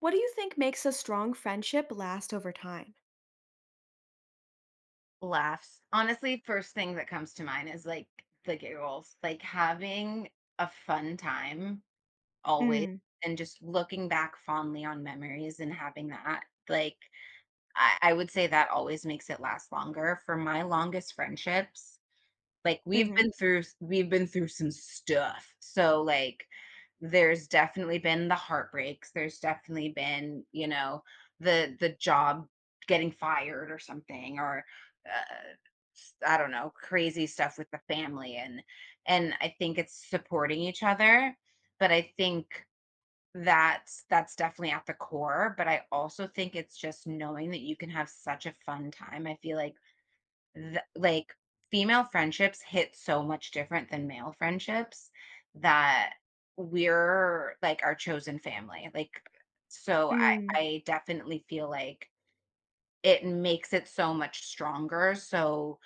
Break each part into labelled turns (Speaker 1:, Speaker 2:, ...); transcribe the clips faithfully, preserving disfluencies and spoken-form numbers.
Speaker 1: What do you think makes a strong friendship last over time?
Speaker 2: Laughs. Honestly, first thing that comes to mind is like the giggles, like having a fun time always,
Speaker 1: Mm,
Speaker 2: and just looking back fondly on memories and having that. Like, I, I would say that always makes it last longer. For my longest friendships, like, we've been
Speaker 1: mhm,
Speaker 2: through we've been through some stuff. So, like, there's definitely been the heartbreaks, there's definitely been, you know, the the job, getting fired or something, or, uh, s I don't know, crazy stuff with the family, and and I think it's supporting each other, but I think that's that's definitely at the core. But I also think it's just knowing that you can have such a fun time. I feel like th- like female friendships hit so much different than male friendships, that we're like our chosen family. Like, so i
Speaker 1: mm,
Speaker 2: i definitely feel like it makes it so much stronger. So,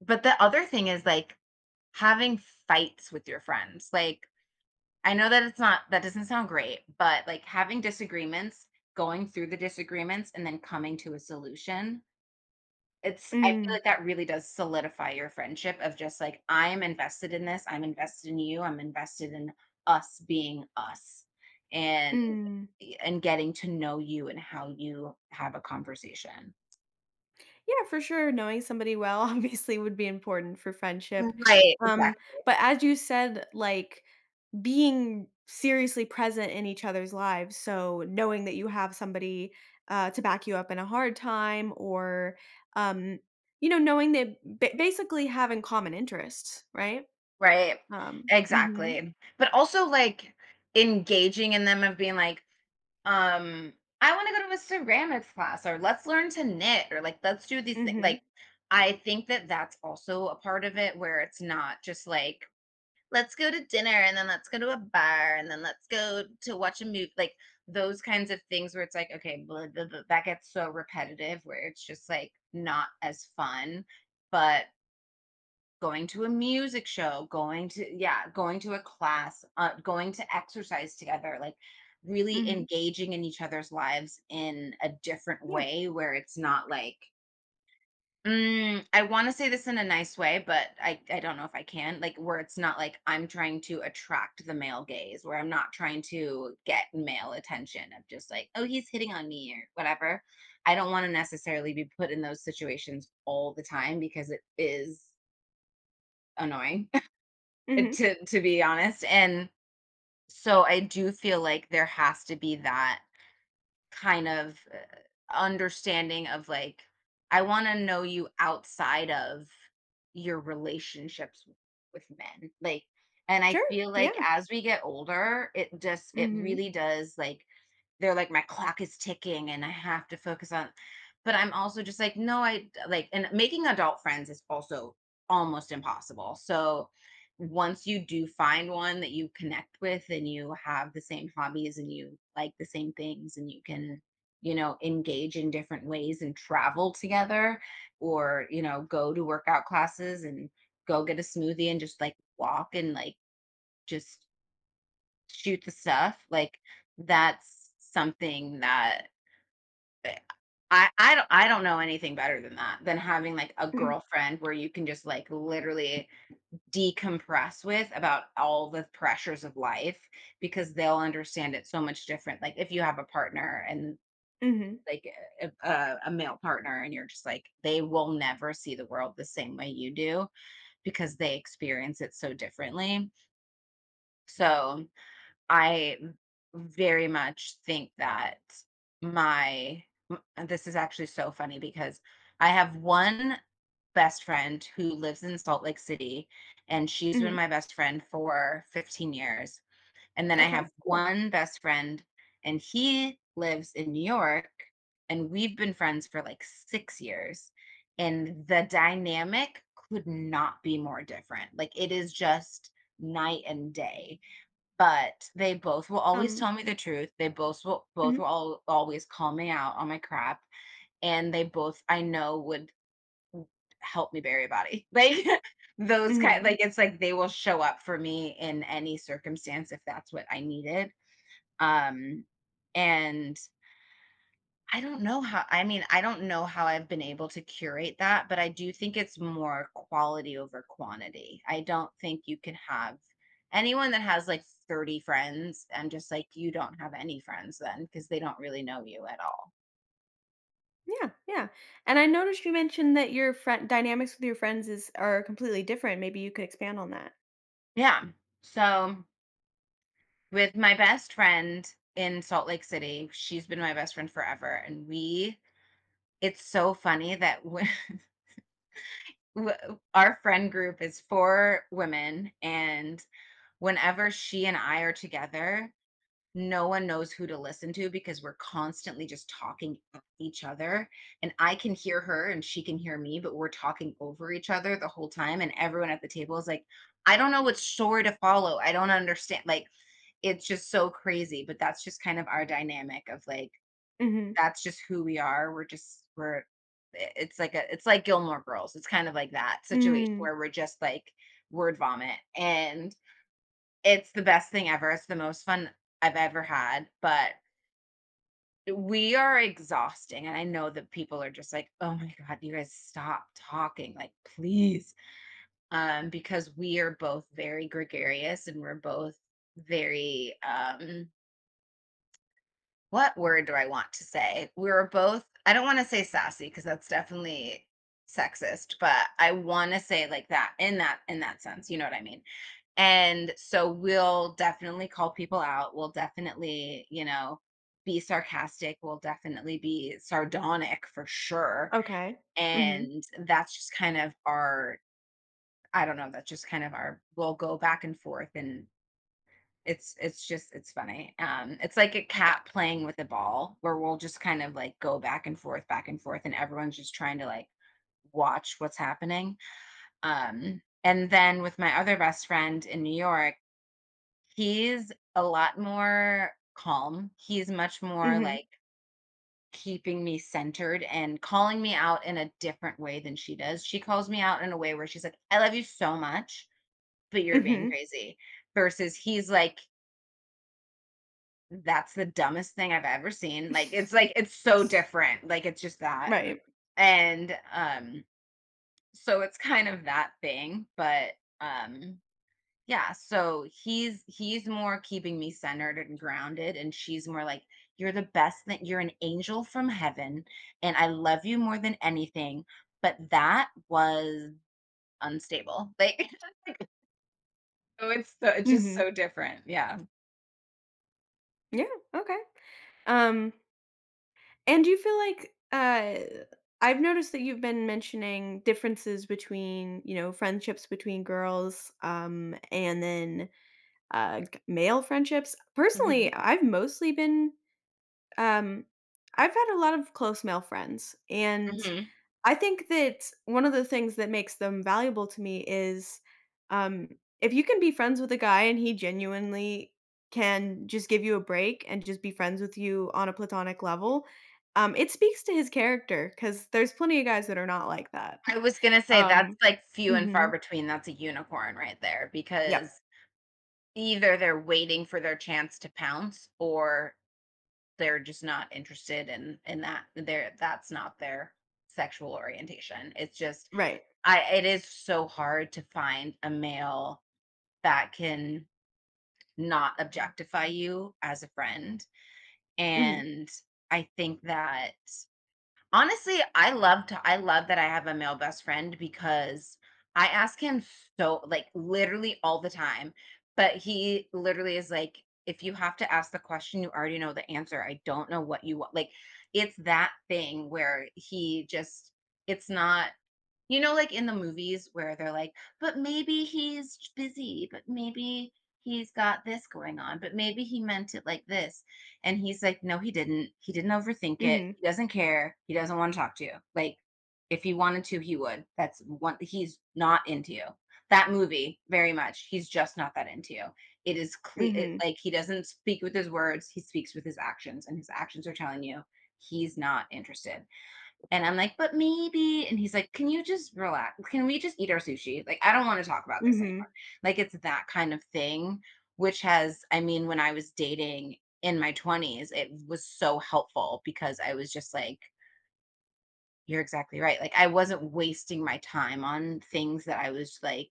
Speaker 2: but the other thing is, like, having fights with your friends, like, I know that it's not, that doesn't sound great, but like, having disagreements, going through the disagreements, and then coming to a solution. It's, I feel
Speaker 1: mm,
Speaker 2: like that really does solidify your friendship. Of just like, "I'm invested in this, I'm invested in you, I'm invested in us being us," and
Speaker 1: mm.
Speaker 2: and getting to know you and how you have a conversation.
Speaker 1: Yeah, for sure, knowing somebody well obviously would be important for friendship,
Speaker 2: Right,
Speaker 1: um,
Speaker 2: exactly,
Speaker 1: but as you said, like, being seriously present in each other's lives, so knowing that you have somebody, uh, to back you up in a hard time or, um, you know, knowing that ba basically having common interests, right?
Speaker 2: right,
Speaker 1: Um, mhm,
Speaker 2: exactly. But also, like, engaging in them, of being like, um, "I wanna go to a ceramics class," or "Let's learn to knit," or like, "Let's do these things."
Speaker 1: mhm,
Speaker 2: Like, I think that that's also a part of it, where it's not just like, let's go to dinner, and then let's go to a bar, and then let's go to watch a movie, like those kinds of things where it's like okay, blah, blah, blah, that gets so repetitive, where it's just like not as fun. But going to a music show, going to, yeah, going to a class, uh, going to exercise together, like really
Speaker 1: mhm,
Speaker 2: engaging in each other's lives in a different
Speaker 1: yeah,
Speaker 2: way, where it's not like Mm, I wanna say this in a nice way, but I I don't know if I can, like, where it's not like I'm trying to attract the male gaze, where I'm not trying to get male attention. Of just like, "Oh, he's hitting on me," or whatever. I don't wanna necessarily be put in those situations all the time because it is annoying,
Speaker 1: mhm.
Speaker 2: to to be honest. And so I do feel like there has to be that kind of uh, understanding, of like, I want to know you outside of your relationships with men. Like, and I
Speaker 1: Sure.
Speaker 2: feel like
Speaker 1: Yeah.
Speaker 2: as we get older, it just it
Speaker 1: Mhm.
Speaker 2: really does, like, they're like, "My clock is ticking and I have to focus on," but I'm also just like, "No, I," like, and making adult friends is also almost impossible. So, once you do find one that you connect with, and you have the same hobbies, and you like the same things, and you can, you know, engage in different ways, and travel together, or, you know, go to workout classes, and go get a smoothie, and just like walk, and like, just shoot the stuff, like, that's something that eh, I I don't I don't know anything better than that, than having, like, a
Speaker 1: Mhm.
Speaker 2: girlfriend where you can just, like, literally decompress with, about all the pressures of life, because they'll understand it so much different. Like, if you have a partner, and,
Speaker 1: Mhm.
Speaker 2: like, a a a male partner, and you're just, like, they will never see the world the same way you do because they experience it so differently. So I very much think that my m this is actually so funny because I have one best friend who lives in Salt Lake City, and she's been
Speaker 1: Mhm.
Speaker 2: my best friend for fifteen years, and then I
Speaker 1: Okay.
Speaker 2: have
Speaker 1: Cool.
Speaker 2: one best friend, and he lives in New York, and we've been friends for, like, six years, and the dynamic could not be more different. Like, it is just night and day. But they both will always
Speaker 1: Um.
Speaker 2: tell me the truth. They both will both
Speaker 1: Mhm.
Speaker 2: will all always call me out on my crap, and they both, I know, would help me bury a body. Like, those kind Mm,
Speaker 1: Mhm.
Speaker 2: like, it's like they will show up for me in any circumstance if that's what I needed. Um, and I don't know how, I mean, I don't know how I've been able to curate that, but I do think it's more quality over quantity. I don't think you can have anyone that has like thirty friends and just, like, you don't have any friends then, because they don't really know you at all.
Speaker 1: Yeah. Yeah. And I noticed you mentioned that your friend dynamics with your friends is are completely different. Maybe you could expand on that.
Speaker 2: Yeah. So, with my best friend in Salt Lake City, she's been my best friend forever, and we, it's so funny that when, w- our friend group is four women, and whenever she and I are together, no one knows who to listen to because we're constantly just talking at each other. And I can hear her and she can hear me, but we're talking over each other the whole time. And everyone at the table is like, I don't know what story to follow, I don't understand. Like, it's just so crazy. But that's just kind of our dynamic, of like,
Speaker 1: Mhm.
Speaker 2: that's just who we are. We're just, we're, i- it's like a, it's like Gilmore Girls. It's kind of like that situation
Speaker 1: Mm.
Speaker 2: where we're just like word vomit. And it's the best thing ever. It's the most fun I've ever had, but we are exhausting, and I know that people are just like, "Oh my god, you guys stop talking, like, please." Um, because we are both very gregarious, and we're both very, um, what word do I want to say? We're both, I don't wanna say sassy because that's definitely sexist, but I wanna say like that, in that in that sense, you know what I mean? And so we'll definitely call people out. We'll definitely, you know, be sarcastic. We'll definitely be sardonic for sure.
Speaker 1: Okay. Mhm.
Speaker 2: And that's just kind of our, I don't know, that's just kind of our, we'll go back and forth, and it's it's just it's funny. Um, it's like a cat playing with a ball, where we'll just kind of like go back and forth, back and forth, and everyone's just trying to like watch what's happening. Um, and then with my other best friend in New York, he's a lot more calm. He's much more,
Speaker 1: Mhm.
Speaker 2: like, keeping me centered and calling me out in a different way than she does. She calls me out in a way where she's like, "I love you so much, but you're being
Speaker 1: Mhm.
Speaker 2: crazy," versus he's like, "That's the dumbest thing I've ever seen." Like, it's like it's so different. Like, it's just that.
Speaker 1: right.
Speaker 2: And, um, so it's kind of that thing, but, um, yeah, so he's he's more keeping me centered and grounded, and she's more like, "You're the best thing. You're an angel from heaven, and I love you more than anything." But that was unstable. Like, like, so it's, so it's just
Speaker 1: Mhm.
Speaker 2: so different. Yeah.
Speaker 1: Yeah. Okay. Um, and do you feel like uh, I've noticed that you've been mentioning differences between, you know, friendships between girls, um, and then uh, g- male friendships.
Speaker 2: Mhm,
Speaker 1: Personally, I've mostly been um I've had a lot of close male friends, and
Speaker 2: mhm.
Speaker 1: I think that one of the things that makes them valuable to me is um if you can be friends with a guy and he genuinely can just give you a break and just be friends with you on a platonic level. Um it speaks to his character cuz there's plenty of guys that are not like that.
Speaker 2: I was gonna say that's
Speaker 1: Um,
Speaker 2: like few and far
Speaker 1: mhm.
Speaker 2: between. That's a unicorn right there,
Speaker 1: Yep.
Speaker 2: because either they're waiting for their chance to pounce, or they're just not interested in in that, they're, that's not their sexual orientation. It's just,
Speaker 1: Right.
Speaker 2: I, it is so hard to find a male that can not objectify you as a friend.
Speaker 1: Mhm.
Speaker 2: And I think that honestly, I love to I love that I have a male best friend because I ask him, so, like, literally all the time, but he literally is like, if you have to ask the question, you already know the answer. I don't know what you want. Like, it's that thing where he just, it's not, you know, like in the movies where they're like, but maybe he's busy, but maybe he's got this going on, but maybe he meant it like this. And he's like, no, he didn't. He didn't overthink it.
Speaker 1: Mhm.
Speaker 2: He doesn't care. He doesn't want to talk to you. Like, if he wanted to, he would. That's one, he's not into you. That movie, very much. He's just not that into you. It is clear, it,
Speaker 1: Mhm.
Speaker 2: like, he doesn't speak with his words, he speaks with his actions, and his actions are telling you he's not interested. And I'm like, "But maybe," and he's like, "Can you just relax? Can we just eat our sushi? Like, I don't wanna talk about this anymore."
Speaker 1: Mhm.
Speaker 2: Like, it's that kind of thing, which has, I mean, when I was dating in my twenties, it was so helpful because I was just like, you're exactly right, like, I wasn't wasting my time on things that I was like,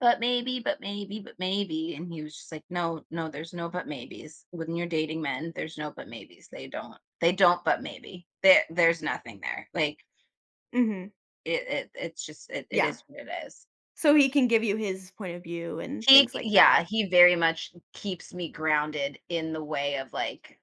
Speaker 2: "But maybe, but maybe, but maybe," and he was just like, "No, no, there's no but maybes. When you're dating men, there's no but maybes. They don't they don't but maybe. There there's nothing there." Like,
Speaker 1: Mhm. Mhm.
Speaker 2: It it it's just it it
Speaker 1: Yeah.
Speaker 2: is what it is.
Speaker 1: So he can give you his point of view and
Speaker 2: He,
Speaker 1: things like
Speaker 2: yeah,
Speaker 1: that.
Speaker 2: he very much keeps me grounded in the way of, like,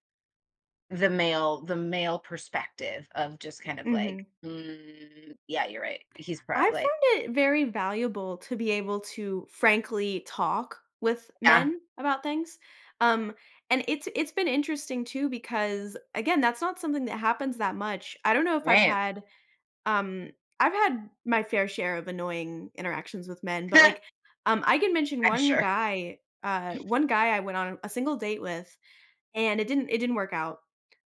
Speaker 2: the male the male perspective, of just kind of like,
Speaker 1: Mhm.
Speaker 2: "Mm, yeah, you're right." He's probably
Speaker 1: I've
Speaker 2: like,
Speaker 1: found it very valuable to be able to frankly talk with
Speaker 2: yeah,
Speaker 1: men about things. Um, and it's it's been interesting too because again, that's not something that happens that much. I don't know if I've
Speaker 2: right.
Speaker 1: had um I've had my fair share of annoying interactions with men, but like um I can mention
Speaker 2: I'm
Speaker 1: one
Speaker 2: sure.
Speaker 1: guy, uh one guy I went on a single date with. And it didn't it didn't work out.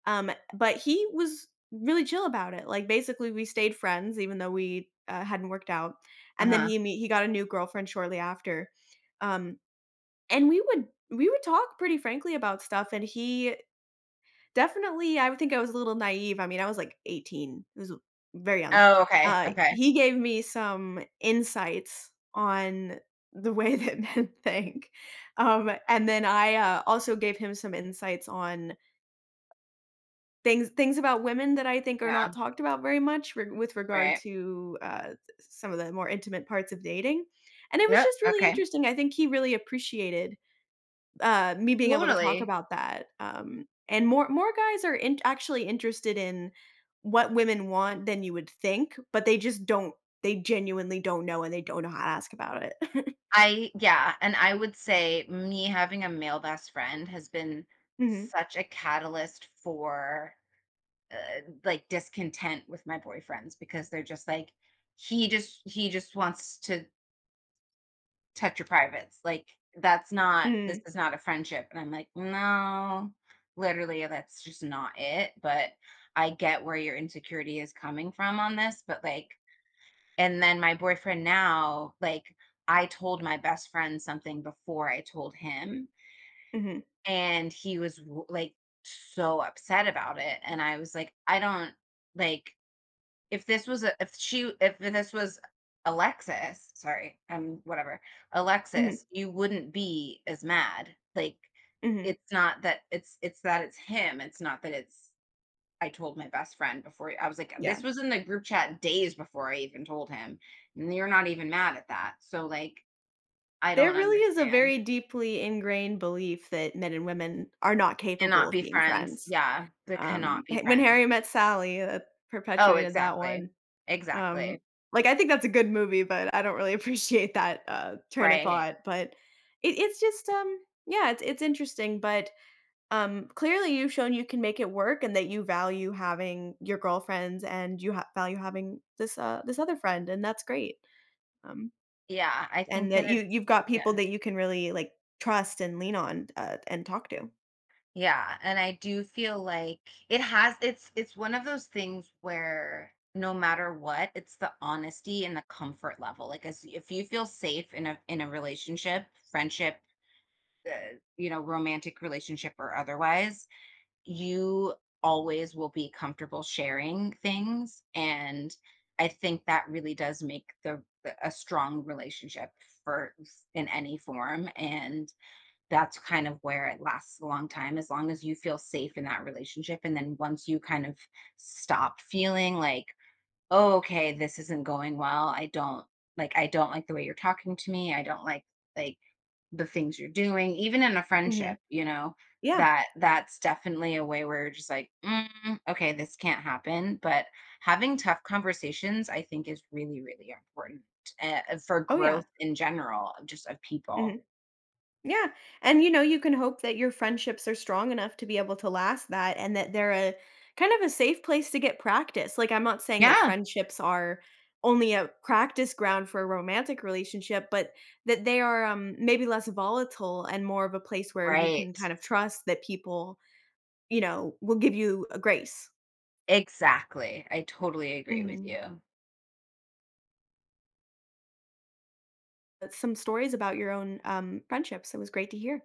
Speaker 1: Um, but he was really chill about it. Like, basically, we stayed friends even though we, uh, hadn't worked out, and then
Speaker 2: Uh-huh.
Speaker 1: he me he got a new girlfriend shortly after. Um, and we would we would talk pretty frankly about stuff, and he definitely I would think I was a little naive. I mean, I was, like, eighteen. It was very young.
Speaker 2: Oh, okay,
Speaker 1: Uh,
Speaker 2: okay.
Speaker 1: he gave me some insights on the way that men think. Um, and then I, uh, also gave him some insights on Things things about women that I think are
Speaker 2: Yeah,
Speaker 1: not talked about very much re with regard
Speaker 2: right.
Speaker 1: to, uh, some of the more intimate parts of dating, and it was
Speaker 2: No,
Speaker 1: just really
Speaker 2: okay.
Speaker 1: interesting. I think he really appreciated, uh, me being able to talk
Speaker 2: Totally.
Speaker 1: about that, um, and more more guys are in actually interested in what women want than you would think, but they just don't they genuinely don't know, and they don't know how to ask about it.
Speaker 2: I, yeah, and I would say me having a male best friend has been such a catalyst for uh, like, discontent with my boyfriends, because they're just like, he just he just wants to touch your privates, like, that's not, this
Speaker 1: Mhm.
Speaker 2: is not a friendship, and I'm like, no, literally, that's just not it. But I get where your insecurity is coming from on this, but like, and then my boyfriend now, like, I told my best friend something before I told him,
Speaker 1: Mhm.
Speaker 2: and he was w- like so upset about it, and I was like, I don't, like, if this was a, if she, if this was Alexis, sorry, um, whatever,
Speaker 1: Mhm.
Speaker 2: Alexis, you wouldn't be as mad. Like,
Speaker 1: Mhm. Mhm.
Speaker 2: it's not that it's it's that it's him. It's not that it's, I told my best friend before, I was like, this
Speaker 1: Yeah.
Speaker 2: was in the group chat days before I even told him, and you're not even mad at that. So like, I
Speaker 1: There
Speaker 2: don't
Speaker 1: really is a
Speaker 2: understand.
Speaker 1: very deeply ingrained belief that men and women are not capable
Speaker 2: Cannot
Speaker 1: of
Speaker 2: be
Speaker 1: being
Speaker 2: friends.
Speaker 1: friends.
Speaker 2: Yeah, but
Speaker 1: Um,
Speaker 2: cannot be
Speaker 1: h When
Speaker 2: friends.
Speaker 1: Harry Met Sally, that
Speaker 2: Oh,
Speaker 1: perpetuated that
Speaker 2: exactly.
Speaker 1: one. Um,
Speaker 2: Exactly.
Speaker 1: like, I think that's a good movie, but I don't really appreciate that, uh, train of
Speaker 2: Right.
Speaker 1: thought, but it it's just, um yeah, it's it's interesting, but, um, clearly you've shown you can make it work and that you value having your girlfriends and you ha value having this, uh this other friend, and that's great. Um,
Speaker 2: Yeah, I
Speaker 1: and
Speaker 2: think that
Speaker 1: that you
Speaker 2: it's,
Speaker 1: you've got
Speaker 2: yeah.
Speaker 1: people that you can really, like, trust and lean on, uh, and talk to.
Speaker 2: Yeah, and I do feel like it has, it's it's one of those things where no matter what, it's the honesty and the comfort level. Like, as if you feel safe in a, in a relationship, friendship, uh, you know, romantic relationship or otherwise, you always will be comfortable sharing things, and I think that really does make the the- a strong relationship for, in any form, and that's kind of where it lasts a long time, as long as you feel safe in that relationship. And then once you kind of stop feeling like, oh, okay, this isn't going well, I don't, like, I don't like the way you're talking to me, I don't like like the things you're doing, even in a friendship,
Speaker 1: Mhm.
Speaker 2: you know,
Speaker 1: Yeah.
Speaker 2: that, that's definitely a way where you're just like, mm, okay, this can't happen. But having tough conversations, I think, is really really important, uh, for
Speaker 1: Oh,
Speaker 2: growth
Speaker 1: yeah.
Speaker 2: in general, of just, of people.
Speaker 1: Mhm. Yeah, and, you know, you can hope that your friendships are strong enough to be able to last that and that they're a kind of a safe place to get practice. Like, I'm not saying that
Speaker 2: Yeah,
Speaker 1: friendships are only a practice ground for a romantic relationship, but that they are, um, maybe less volatile and more of a place where you can
Speaker 2: right.
Speaker 1: kind of trust that people, you know, will give you a grace.
Speaker 2: Exactly. I totally agree with you.
Speaker 1: Mhm.
Speaker 2: Mm-hmm.
Speaker 1: Some stories about your own, um, friendships. It was great to hear.